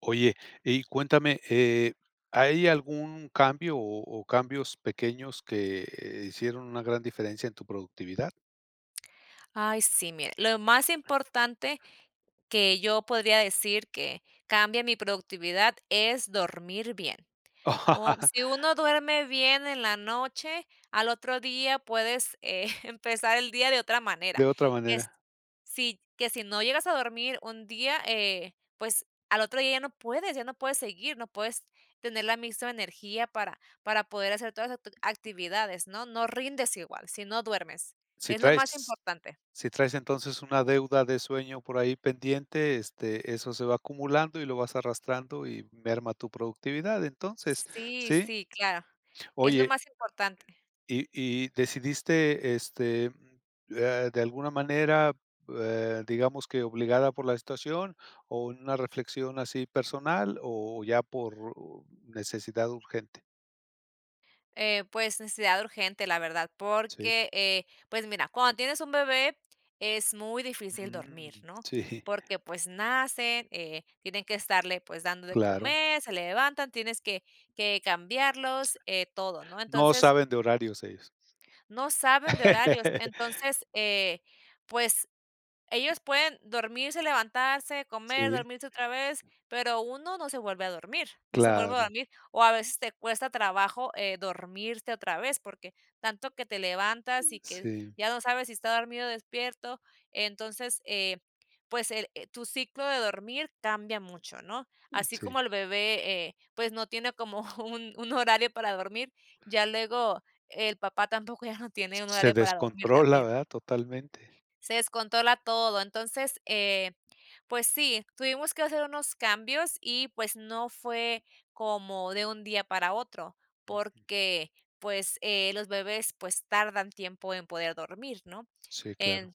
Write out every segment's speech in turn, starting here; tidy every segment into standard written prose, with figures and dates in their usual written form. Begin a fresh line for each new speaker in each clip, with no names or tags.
Oye, y cuéntame, ¿hay algún cambio o cambios pequeños que hicieron una gran diferencia en tu productividad?
Ay, sí, mire, lo más importante que yo podría decir que cambia mi productividad es dormir bien. O si uno duerme bien en la noche, al otro día puedes, empezar el día de otra manera.
De otra
Es
manera,
si que si no llegas a dormir un día, pues al otro día ya no puedes seguir, no puedes tener la misma energía para poder hacer todas las actu actividades, ¿no? No rindes igual si no duermes.
si
Es lo más
traes,
importante.
si traes entonces una deuda de sueño por ahí pendiente, este, eso se va acumulando y lo vas arrastrando y merma tu productividad. Entonces,
Sí,
¿sí?
sí, claro. Es lo
Oye,
más importante.
Y decidiste, de alguna manera, digamos que obligada por la situación, o en una reflexión así personal, o ya por necesidad urgente.
Pues, necesidad urgente, la verdad,
Sí.
porque, pues mira, cuando tienes un bebé es muy difícil dormir,
Mm,
¿no?
sí.
Porque, pues, nacen, tienen que estarle, pues, dando de
Claro.
comer, se levantan, tienes que cambiarlos, todo, ¿no?
No
Entonces,
saben de horarios ellos.
no saben de horarios. Entonces, pues ellos pueden dormirse, levantarse, comer,
Sí,
dormirse otra vez, pero uno no se vuelve a dormir, no se vuelve a
claro.
dormir, o a veces te cuesta trabajo, dormirte otra vez, porque tanto que te levantas y que
Sí,
ya no sabes si está dormido o despierto, entonces, pues, el tu ciclo de dormir cambia mucho, ¿no? Así
sí.
como el bebé, pues, no tiene como un horario para dormir, ya luego el papá tampoco ya no tiene un
Se
horario para dormir
descontrola,
también.
¿verdad? Totalmente.
Se descontrola todo. Entonces, pues sí, tuvimos que hacer unos cambios y pues no fue como de un día para otro,
Mm,
porque pues los bebés pues tardan tiempo en poder dormir, ¿no?
sí,
En-
claro.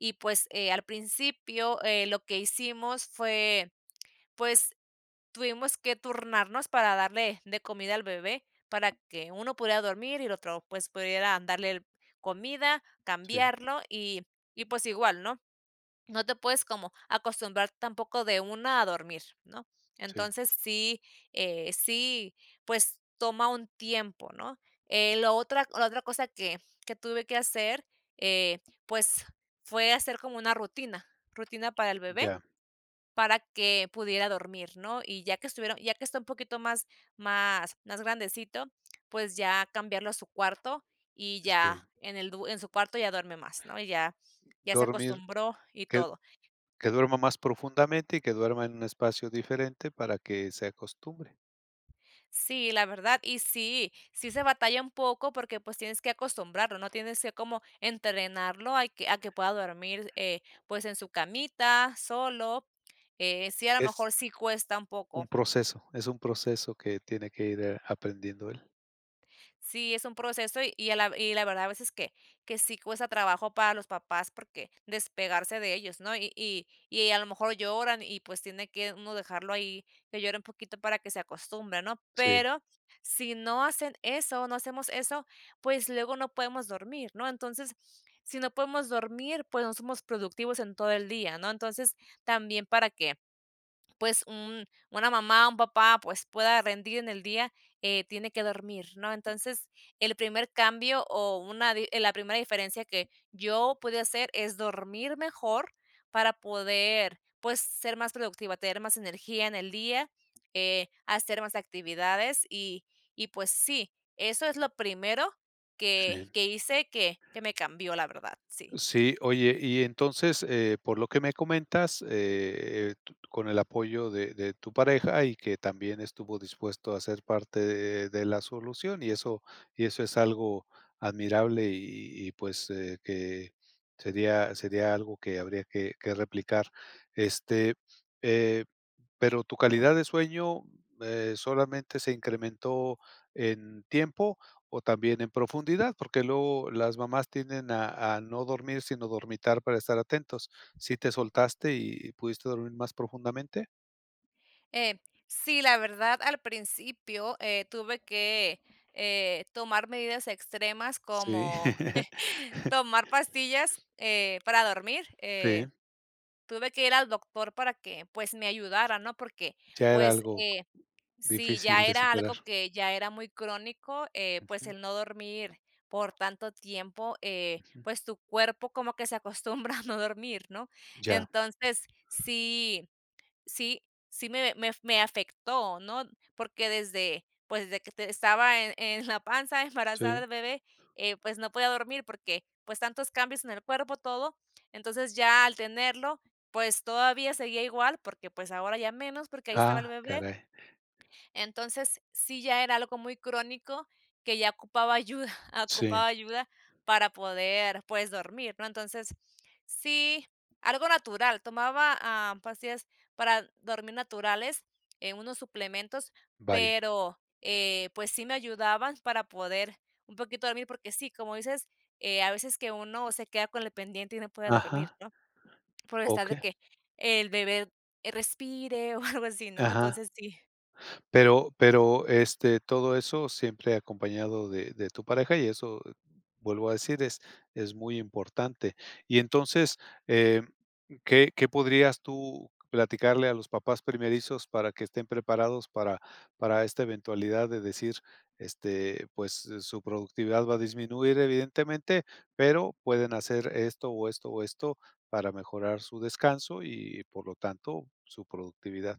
y pues al principio lo que hicimos fue pues tuvimos que turnarnos para darle de comida al bebé, para que uno pudiera dormir y el otro, pues, pudiera darle el comida,
Sí,
cambiarlo y, pues, igual, ¿no? No te puedes como acostumbrar tampoco de una a dormir, ¿no?
sí,
Entonces sí, sí, pues, toma un tiempo, ¿no? Lo otra La otra cosa que tuve que hacer, eh, pues, fue hacer como una rutina, rutina para el bebé
ya.
para que pudiera dormir, ¿no? Ya que está un poquito más grandecito, pues ya cambiarlo a su cuarto y ya
Sí.
en el du en su cuarto ya duerme más, ¿no? Ya se
Dormir,
acostumbró y
que...
todo.
Que duerma más profundamente y que duerma en un espacio diferente para que se acostumbre.
Sí, la verdad, y sí, sí se batalla un poco porque, pues, tienes que acostumbrarlo, ¿no? Tienes que como entrenarlo a que pueda dormir, pues, en su camita, solo, sí, a lo
Es
mejor sí cuesta un poco.
es un proceso que tiene que ir, aprendiendo él.
Sí, es un proceso y a la y la verdad a veces que sí cuesta trabajo para los papás porque despegarse de ellos, ¿no? Y a lo mejor lloran y, pues, tiene que uno dejarlo ahí, que llore un poquito para que se acostumbre, ¿no?
Sí,
Pero si no hacen eso, no hacemos eso, pues, luego no podemos dormir, ¿no? Entonces, si no podemos dormir, pues, no somos productivos en todo el día, ¿no? Entonces, también para qué pues, un una mamá, un papá, pues, pueda rendir en el día, tiene que dormir, ¿no? Entonces, el primer cambio o una di la primera diferencia que yo pude hacer es dormir mejor para poder, pues, ser más productiva, tener más energía en el día, hacer más actividades y, pues, sí, eso es lo primero que
sí.
que hice que que me cambió, la verdad, sí.
Sí, oye, y entonces, por lo que me comentas, tú- con el apoyo de tu pareja y que también estuvo dispuesto a ser parte de la solución, y eso es algo admirable y pues que sería, sería algo que habría que replicar. Este, eh, pero tu calidad de sueño, ¿solamente se incrementó en tiempo o también en profundidad? Porque luego las mamás tienden a no dormir, sino dormitar para estar atentos. ¿Si te soltaste y pudiste dormir más profundamente?
Eh, sí, la verdad, al principio, tomar medidas extremas,
Sí.
como tomar pastillas, para dormir.
Sí,
Tuve que ir al doctor para que, pues, me ayudara, ¿no? Porque,
ya era
pues,
algo
sí,
difícil
ya
de
era
superar.
algo que ya era muy crónico, pues,
Ujú,
el no dormir por tanto tiempo,
ujú.
pues, tu cuerpo como que se acostumbra a no dormir, ¿no?
Ya,
Entonces, sí Sí, sí me afectó, ¿no? Porque desde, pues, desde que te estaba en la panza embarazada
sí.
del bebé, pues, no podía dormir porque, pues, tantos cambios en el cuerpo, todo. Entonces, ya al tenerlo, pues, todavía seguía igual porque, pues, ahora ya menos, porque ahí estaba
Ah,
el bebé.
caray.
Entonces, sí, ya era algo muy crónico que ya ocupaba ayuda,
Sí,
ocupaba ayuda para poder, pues, dormir, ¿no? Entonces, sí, algo natural, tomaba, pastillas para dormir naturales, unos suplementos,
vaya.
pero, pues, sí me ayudaban para poder un poquito dormir, porque sí, como dices, a veces que uno se queda con el pendiente y no puede dormir,
Ajá,
¿no? Por estar de
okey,
que el bebé respire o algo así, ¿no?
ajá.
Entonces, sí.
Pero, este, todo eso siempre acompañado de tu pareja, y eso, vuelvo a decir, es muy importante. Y entonces, eh, ¿qué podrías tú platicarle a los papás primerizos para que estén preparados para esta eventualidad de decir, este, pues, su productividad va a disminuir evidentemente, pero pueden hacer esto, o esto, o esto para mejorar su descanso y, por lo tanto, su productividad?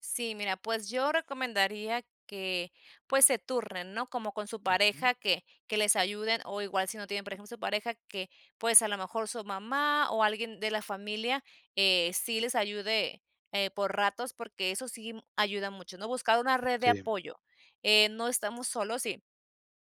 Sí, mira, pues yo recomendaría que pues se turnen, ¿no? Como con su
Ujú.
pareja que les ayuden o igual si no tienen, por ejemplo, su pareja que pues a lo mejor su mamá o alguien de la familia sí les ayude por ratos porque eso sí ayuda mucho, ¿no? Buscar una red de
Sí.
apoyo. No estamos solos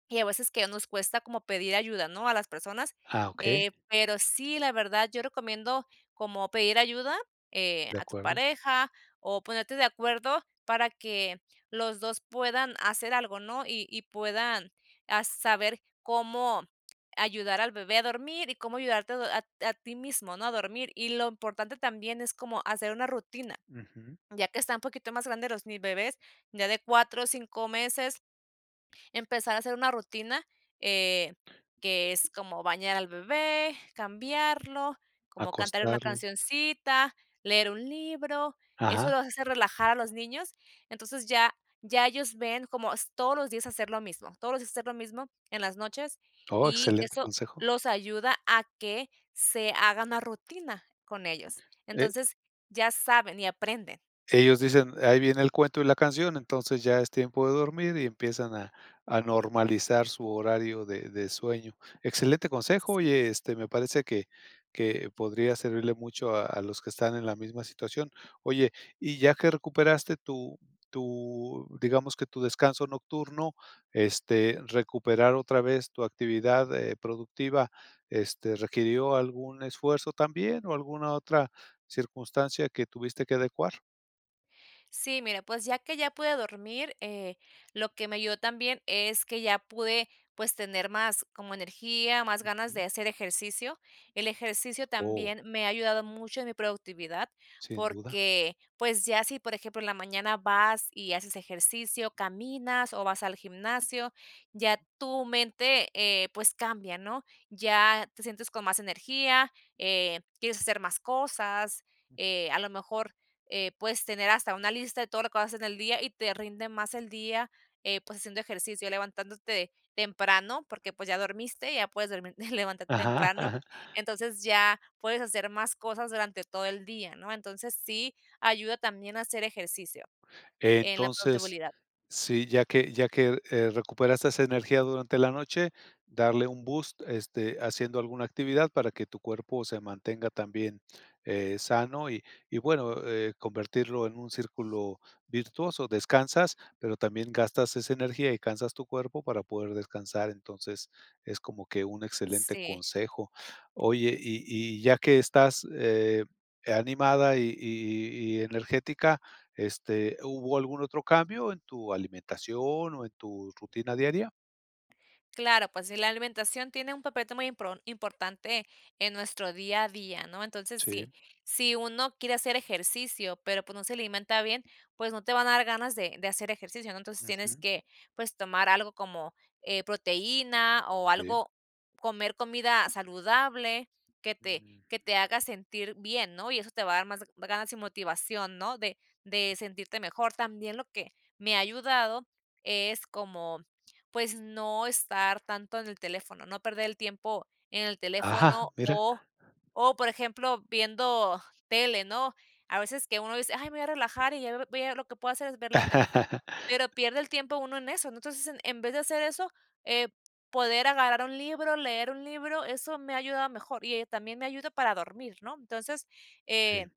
y a veces que nos cuesta como pedir ayuda, ¿no?, a las personas,
Ah, okey.
pero sí, la verdad, yo recomiendo como pedir ayuda,
De
a tu
acuerdo.
pareja o ponerte de acuerdo para que los 2 puedan hacer algo, ¿no? Y puedan, saber cómo ayudar al bebé a dormir y cómo ayudarte a ti mismo, ¿no?, a dormir. Y lo importante también es como hacer una rutina,
Ujú.
ya que están un poquito más grandes los mis bebés, ya de 4 o 5 meses. Empezar a hacer una rutina, eh, que es como bañar al bebé, cambiarlo, como cantar una
Acostarlo.
cancioncita, leer un libro,
Ajá.
eso los hace relajar a los niños. Entonces ya ya ellos ven como s todos los días hacer lo mismo, todos los días hacer lo mismo en las noches,
Oh,
y
excelente
eso
consejo.
los ayuda a que se haga una rutina con ellos.
Eh,
Entonces, ya saben y aprenden,
Ellos dicen: "Ahí viene el cuento y la canción", entonces ya es tiempo de dormir y empiezan a normalizar su horario de sueño. Excelente consejo,
¿sí?
oye, este, me parece que podría servirle mucho a los que están en la misma situación. Oye, y ya que recuperaste tu tu, digamos que tu descanso nocturno, este, recuperar otra vez tu actividad, productiva, este, ¿requirió algún esfuerzo también o alguna otra circunstancia que tuviste que adecuar?
Sí, mira, pues ya que ya pude dormir, lo que me ayudó también es que ya pude pues tener más como energía, más ganas de hacer ejercicio. El ejercicio
Oh,
también me ha ayudado mucho en mi productividad
sin duda.
porque pues ya si por ejemplo en la mañana vas y haces ejercicio, caminas o vas al gimnasio, ya tu mente pues cambia, ¿no? Ya te sientes con más energía, quieres hacer más cosas, a lo mejor puedes tener hasta una lista de todo lo que vas a hacer en el día y te rinde más el día, pues haciendo ejercicio, levantándote temprano, porque pues ya dormiste, ya puedes dormir, levantarte
Ajá,
temprano,
ajá.
entonces ya puedes hacer más cosas durante todo el día, ¿no? Entonces sí ayuda también a hacer ejercicio en la
Entonces,
productividad.
sí, ya que, recuperaste esa energía durante la noche, darle un boost, este, haciendo alguna actividad para que tu cuerpo se mantenga también, sano y bueno, convertirlo en un círculo virtuoso. Descansas, pero también gastas esa energía y cansas tu cuerpo para poder descansar. Entonces, es como que un excelente
Sí.
consejo. Oye, y ya que estás, animada y y energética, este, ¿hubo algún otro cambio en tu alimentación o en tu rutina diaria?
Claro, pues sí, la alimentación tiene un papel muy importante en nuestro día a día, ¿no? Entonces,
Sí.
sí, si uno quiere hacer ejercicio, pero pues no se alimenta bien, pues no te van a dar ganas de hacer ejercicio, ¿no? Entonces tienes
Ujú,
que, pues, tomar algo como proteína o
sí.
algo, comer comida saludable
Mm.
que te haga sentir bien, ¿no? Y eso te va a dar más ganas y motivación, ¿no? De sentirte mejor. También lo que me ha ayudado es como pues, no estar tanto en el teléfono, no perder el tiempo en el
Ajá,
teléfono
mira.
o por ejemplo, viendo tele, ¿no? A veces que uno dice: "Ay, me voy a relajar y ya voy a lo que puedo hacer es ver la tele", pero pierde el tiempo uno en eso, ¿no? Entonces, en vez de hacer eso, eh, poder agarrar un libro, leer un libro, eso me ha ayudado mejor y, también me ayuda para dormir, ¿no? Entonces, eh
Sí.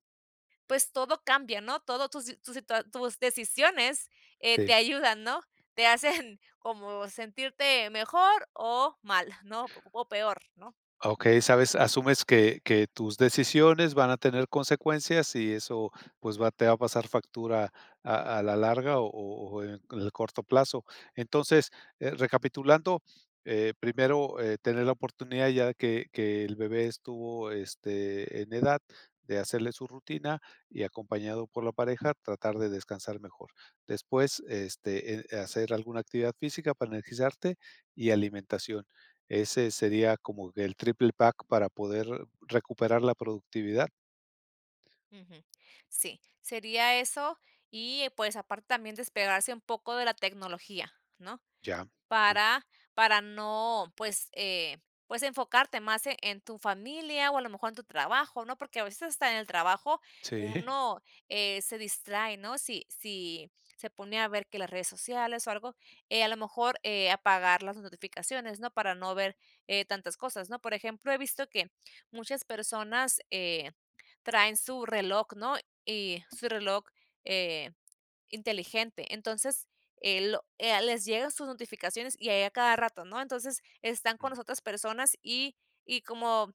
pues todo cambia, ¿no? Todo tus decisiones, te
Sí.
ayudan, ¿no? Te hacen como sentirte mejor o mal, ¿no? O peor, ¿no?
Okey, sabes, asumes que tus decisiones van a tener consecuencias y eso, pues, va te va a pasar factura a la larga o en el corto plazo. Entonces, recapitulando, primero, tener la oportunidad ya que el bebé estuvo, este, en edad de hacerle su rutina y acompañado por la pareja, tratar de descansar mejor. Después, este, hacer alguna actividad física para energizarte y alimentación. Ese sería como que el triple pack para poder recuperar la productividad.
Ujú. Sí, sería eso y, pues, aparte también despegarse un poco de la tecnología, ¿no?
Ya. Sí.
Para para no, pues, pues, enfocarte más en tu familia, o a lo mejor en tu trabajo, ¿no? Porque a veces hasta en el trabajo
Sí.
uno, se distrae, ¿no? Si se pone a ver que las redes sociales o algo, a lo mejor, apagar las notificaciones, ¿no? Para no ver, tantas cosas, ¿no? Por ejemplo, he visto que muchas personas, traen su reloj, ¿no? Y su reloj, eh inteligente. Entonces, lo les llegan sus notificaciones y ahí a cada rato, ¿no? Entonces, están con
Mm,
las otras personas y como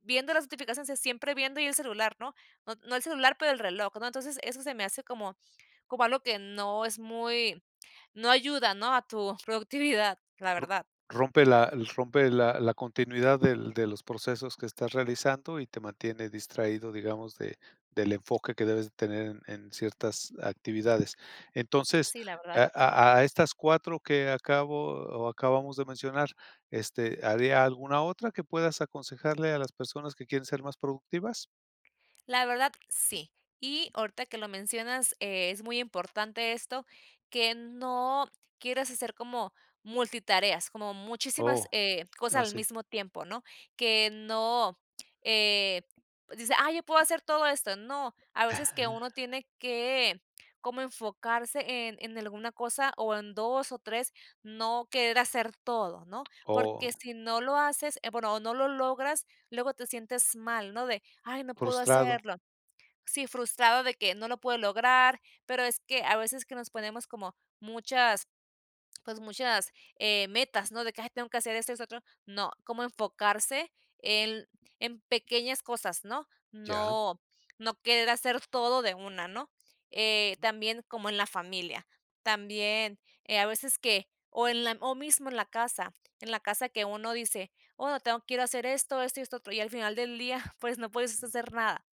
viendo las notificaciones, es siempre viendo y el celular, ¿no? No el celular, pero el reloj, ¿no? Entonces, eso se me hace como como algo que no es muy no ayuda, ¿no? A tu productividad, la verdad.
rompe la rompe la la continuidad del de los procesos que estás realizando y te mantiene distraído, digamos, de del enfoque que debes de tener en ciertas actividades. Entonces,
Sí, la verdad.
a estas 4 que acabo o acabamos de mencionar, este, haría alguna otra que puedas aconsejarle a las personas que quieren ser más productivas?
La verdad, sí. Y ahorita que lo mencionas, es muy importante esto, que no quieras hacer como multitareas, como muchísimas
Oh,
cosas
no
al
sí.
mismo tiempo, ¿no? Que no eh, pues, dice, ah, yo puedo hacer todo esto. No, a veces que uno tiene que como enfocarse en alguna cosa o en dos o tres, no querer hacer todo, ¿no? Porque
Oh.
si no lo haces, bueno, o no lo logras, luego te sientes mal, ¿no? De, ay, no puedo
Frustrado,
hacerlo. Sí, frustrado de que no lo puedo lograr, pero es que a veces que nos ponemos como muchas, pues muchas metas, ¿no? De que "Ay, tengo que hacer esto, esto, otro. No, como enfocarse en, en pequeñas cosas, ¿no?
ya,
No, no querer hacer todo de una, ¿no? También como en la familia, también a veces o mismo en la casa que uno dice, oh, no tengo, quiero hacer esto, esto y esto otro, y al final del día, pues no puedes hacer nada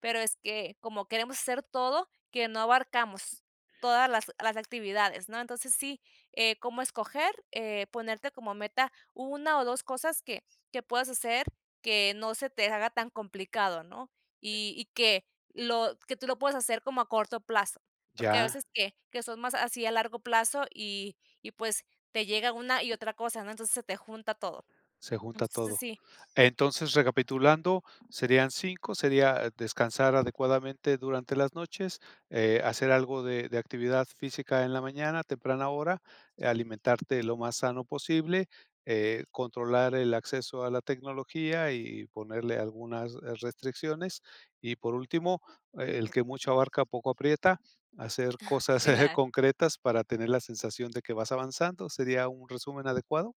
pero es que como queremos hacer todo, que no abarcamos todas las actividades, ¿no? Entonces sí, cómo escoger, ponerte como meta una o 2 cosas que puedas hacer, que no se te haga tan complicado, ¿no? Y que lo que tú lo puedes hacer como a corto plazo, porque a
ya.
veces que son más así a largo plazo y pues te llega una y otra cosa, ¿no? Entonces se te junta todo.
Se junta
Entonces
todo.
sí,
Entonces, recapitulando, serían 5 sería descansar adecuadamente durante las noches, hacer algo de actividad física en la mañana, temprana hora, alimentarte lo más sano posible, controlar el acceso a la tecnología y ponerle algunas, restricciones. Y por último, el que mucho abarca, poco aprieta, hacer cosas
claro.
concretas para tener la sensación de que vas avanzando, ¿sería un resumen adecuado?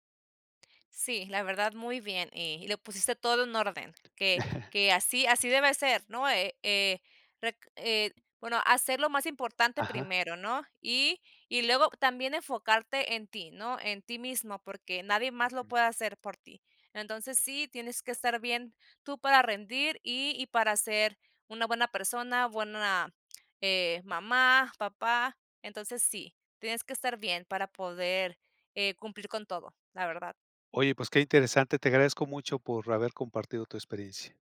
Sí, la verdad muy bien, y lo pusiste todo en orden, que así así debe ser, ¿no? Rec Bueno, hacer lo más importante
Ajá.
primero, ¿no? Y luego también enfocarte en ti, ¿no? En ti mismo, porque nadie más lo puede hacer por ti. Entonces, sí, tienes que estar bien tú para rendir y para ser una buena persona, buena, mamá, papá. Entonces, sí, tienes que estar bien para poder, cumplir con todo, la verdad.
Oye, pues qué interesante, te agradezco mucho por haber compartido tu experiencia.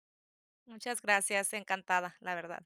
Muchas gracias, encantada, la verdad.